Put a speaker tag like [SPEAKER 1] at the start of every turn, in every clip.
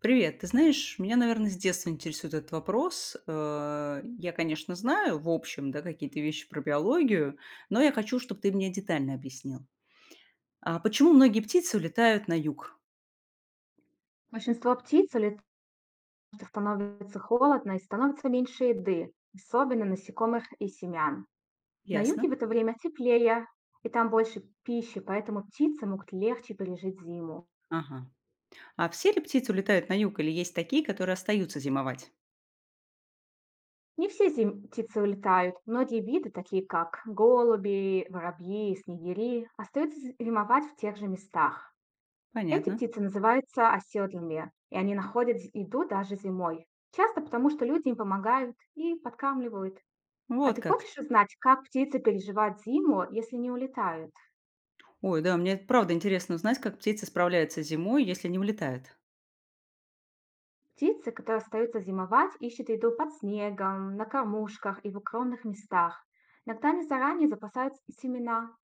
[SPEAKER 1] Привет, ты знаешь, меня, наверное, с детства интересует этот вопрос. Я, конечно, знаю, в общем, да, какие-то вещи про биологию, но я хочу, чтобы ты мне детально объяснил. А почему многие птицы улетают на юг?
[SPEAKER 2] Большинство птиц, улетают, что становится холодно и становится меньше еды, особенно насекомых и семян. На юге
[SPEAKER 1] Ясно.
[SPEAKER 2] в это время теплее, и там больше пищи, поэтому птицы могут легче пережить зиму.
[SPEAKER 1] Ага. А все ли птицы улетают на юг или есть такие, которые остаются зимовать?
[SPEAKER 2] Не все птицы улетают. Многие виды, такие как голуби, воробьи, снегири, остаются зимовать в тех же местах. Эти
[SPEAKER 1] Понятно.
[SPEAKER 2] птицы называются оседлыми, и они находят еду даже зимой. Часто потому, что люди им помогают и подкармливают. А
[SPEAKER 1] Вот
[SPEAKER 2] ты
[SPEAKER 1] как.
[SPEAKER 2] хочешь узнать, как птицы переживают зиму, если не улетают?
[SPEAKER 1] Ой, да, мне правда интересно узнать, как птицы справляются зимой, если не улетают.
[SPEAKER 2] Птицы, которые остаются зимовать, ищут еду под снегом, на кормушках и в укромных местах. Иногда они заранее запасают семена.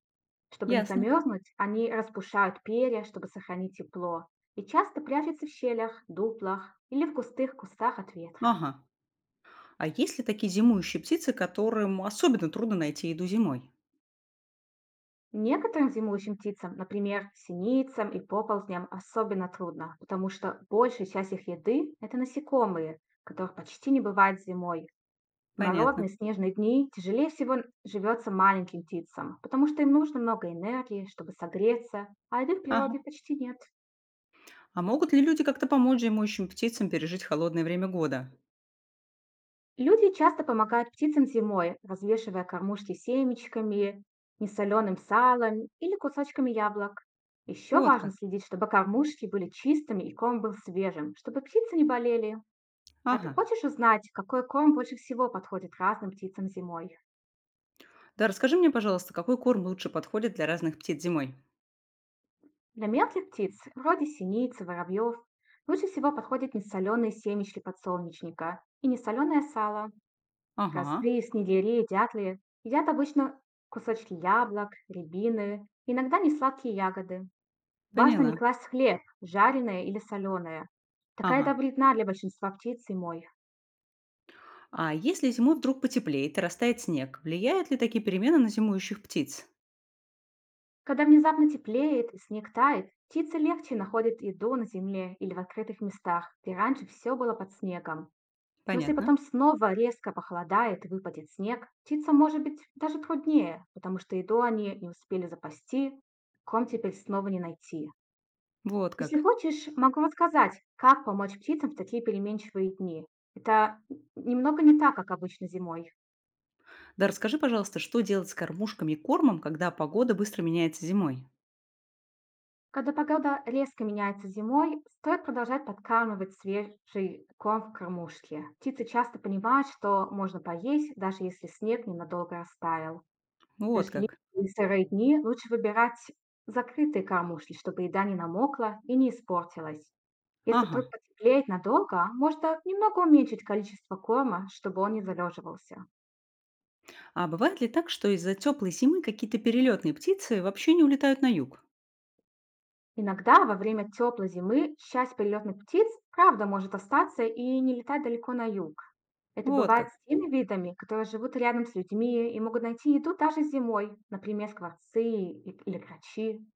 [SPEAKER 2] Чтобы не
[SPEAKER 1] Ясно.
[SPEAKER 2] замерзнуть, они распушают перья, чтобы сохранить тепло. И часто прячутся в щелях, дуплах или в густых кустах от ветра.
[SPEAKER 1] Ага. А есть ли такие зимующие птицы, которым особенно трудно найти еду зимой?
[SPEAKER 2] Некоторым зимующим птицам, например, синицам и поползням, особенно трудно, потому что большая часть их еды — это насекомые, которых почти не бывает зимой. В
[SPEAKER 1] Понятно.
[SPEAKER 2] морозные снежные дни тяжелее всего живется маленьким птицам, потому что им нужно много энергии, чтобы согреться, а еды в
[SPEAKER 1] Ага.
[SPEAKER 2] природе почти нет.
[SPEAKER 1] А могут ли люди как-то помочь зимующим птицам пережить холодное время года?
[SPEAKER 2] Люди часто помогают птицам зимой, развешивая кормушки семечками, несоленым салом или кусочками яблок. Еще
[SPEAKER 1] Вот
[SPEAKER 2] важно
[SPEAKER 1] как.
[SPEAKER 2] следить, чтобы кормушки были чистыми и корм был свежим, чтобы птицы не болели. А ты
[SPEAKER 1] Ага.
[SPEAKER 2] хочешь узнать, какой корм больше всего подходит разным птицам зимой?
[SPEAKER 1] Да, расскажи мне, пожалуйста, какой корм лучше подходит для разных птиц зимой?
[SPEAKER 2] Для мелких птиц, вроде синиц, воробьев, лучше всего подходят несоленые семечки подсолнечника и несоленое сало.
[SPEAKER 1] Ага,
[SPEAKER 2] Козы, снегири, дятлы едят обычно кусочки яблок, рябины, иногда несладкие ягоды. Важно не
[SPEAKER 1] поняла.
[SPEAKER 2] класть в хлеб, жареное или соленое. Такая еда
[SPEAKER 1] Ага.
[SPEAKER 2] вредна для большинства птиц зимой.
[SPEAKER 1] А если зимой вдруг потеплеет и растает снег, влияют ли такие перемены на зимующих птиц?
[SPEAKER 2] Когда внезапно теплеет и снег тает, птицы легче находят еду на земле или в открытых местах, где раньше все было под снегом. Но если
[SPEAKER 1] Понятно.
[SPEAKER 2] потом снова резко похолодает и выпадет снег, птицам может быть даже труднее, потому что еду они не успели запасти, ком теперь снова не найти.
[SPEAKER 1] Вот
[SPEAKER 2] Если
[SPEAKER 1] как.
[SPEAKER 2] хочешь, могу рассказать, как помочь птицам в такие переменчивые дни. Это немного не так, как обычно зимой.
[SPEAKER 1] Да, расскажи, пожалуйста, что делать с кормушками и кормом, когда погода быстро меняется зимой?
[SPEAKER 2] Когда погода резко меняется зимой, стоит продолжать подкармливать свежий корм в кормушке. Птицы часто понимают, что можно поесть, даже если снег ненадолго растаял.
[SPEAKER 1] Вот
[SPEAKER 2] Дождливые
[SPEAKER 1] как.
[SPEAKER 2] и сырые дни лучше выбирать закрытые кормушки, чтобы еда не намокла и не испортилась. Если
[SPEAKER 1] Ага.
[SPEAKER 2] вдруг потеплеет надолго, можно немного уменьшить количество корма, чтобы он не залеживался.
[SPEAKER 1] А бывает ли так, что из-за теплой зимы какие-то перелетные птицы вообще не улетают на юг?
[SPEAKER 2] Иногда во время теплой зимы часть перелетных птиц, правда, может остаться и не летать далеко на юг. Это
[SPEAKER 1] Вот
[SPEAKER 2] бывает
[SPEAKER 1] как.
[SPEAKER 2] с теми видами, которые живут рядом с людьми и могут найти еду даже зимой, например, скворцы или крачи.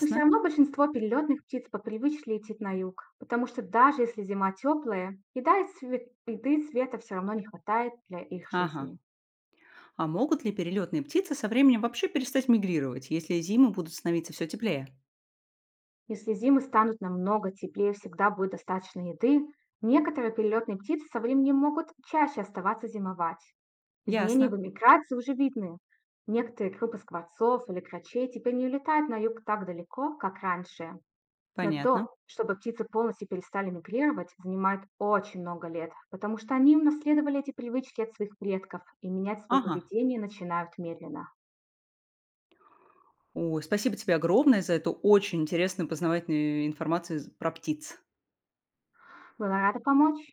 [SPEAKER 2] Но все равно большинство перелетных птиц по привычке летит на юг, потому что даже если зима теплая, еды и света все равно не хватает для их
[SPEAKER 1] Ага.
[SPEAKER 2] жизни.
[SPEAKER 1] А могут ли перелетные птицы со временем вообще перестать мигрировать, если зимы будут становиться все теплее?
[SPEAKER 2] Если зимы станут намного теплее, всегда будет достаточно еды, некоторые перелетные птицы со временем могут чаще оставаться зимовать. Изменения
[SPEAKER 1] Ясно.
[SPEAKER 2] в миграции уже видны. Некоторые группы скворцов или крачей теперь не улетают на юг так далеко, как раньше. Но
[SPEAKER 1] Понятно.
[SPEAKER 2] то, чтобы птицы полностью перестали мигрировать, занимает очень много лет, потому что они унаследовали эти привычки от своих предков и менять свое
[SPEAKER 1] Ага.
[SPEAKER 2] поведение начинают медленно.
[SPEAKER 1] Ой, спасибо тебе огромное за эту очень интересную познавательную информацию про птиц.
[SPEAKER 2] Была рада помочь.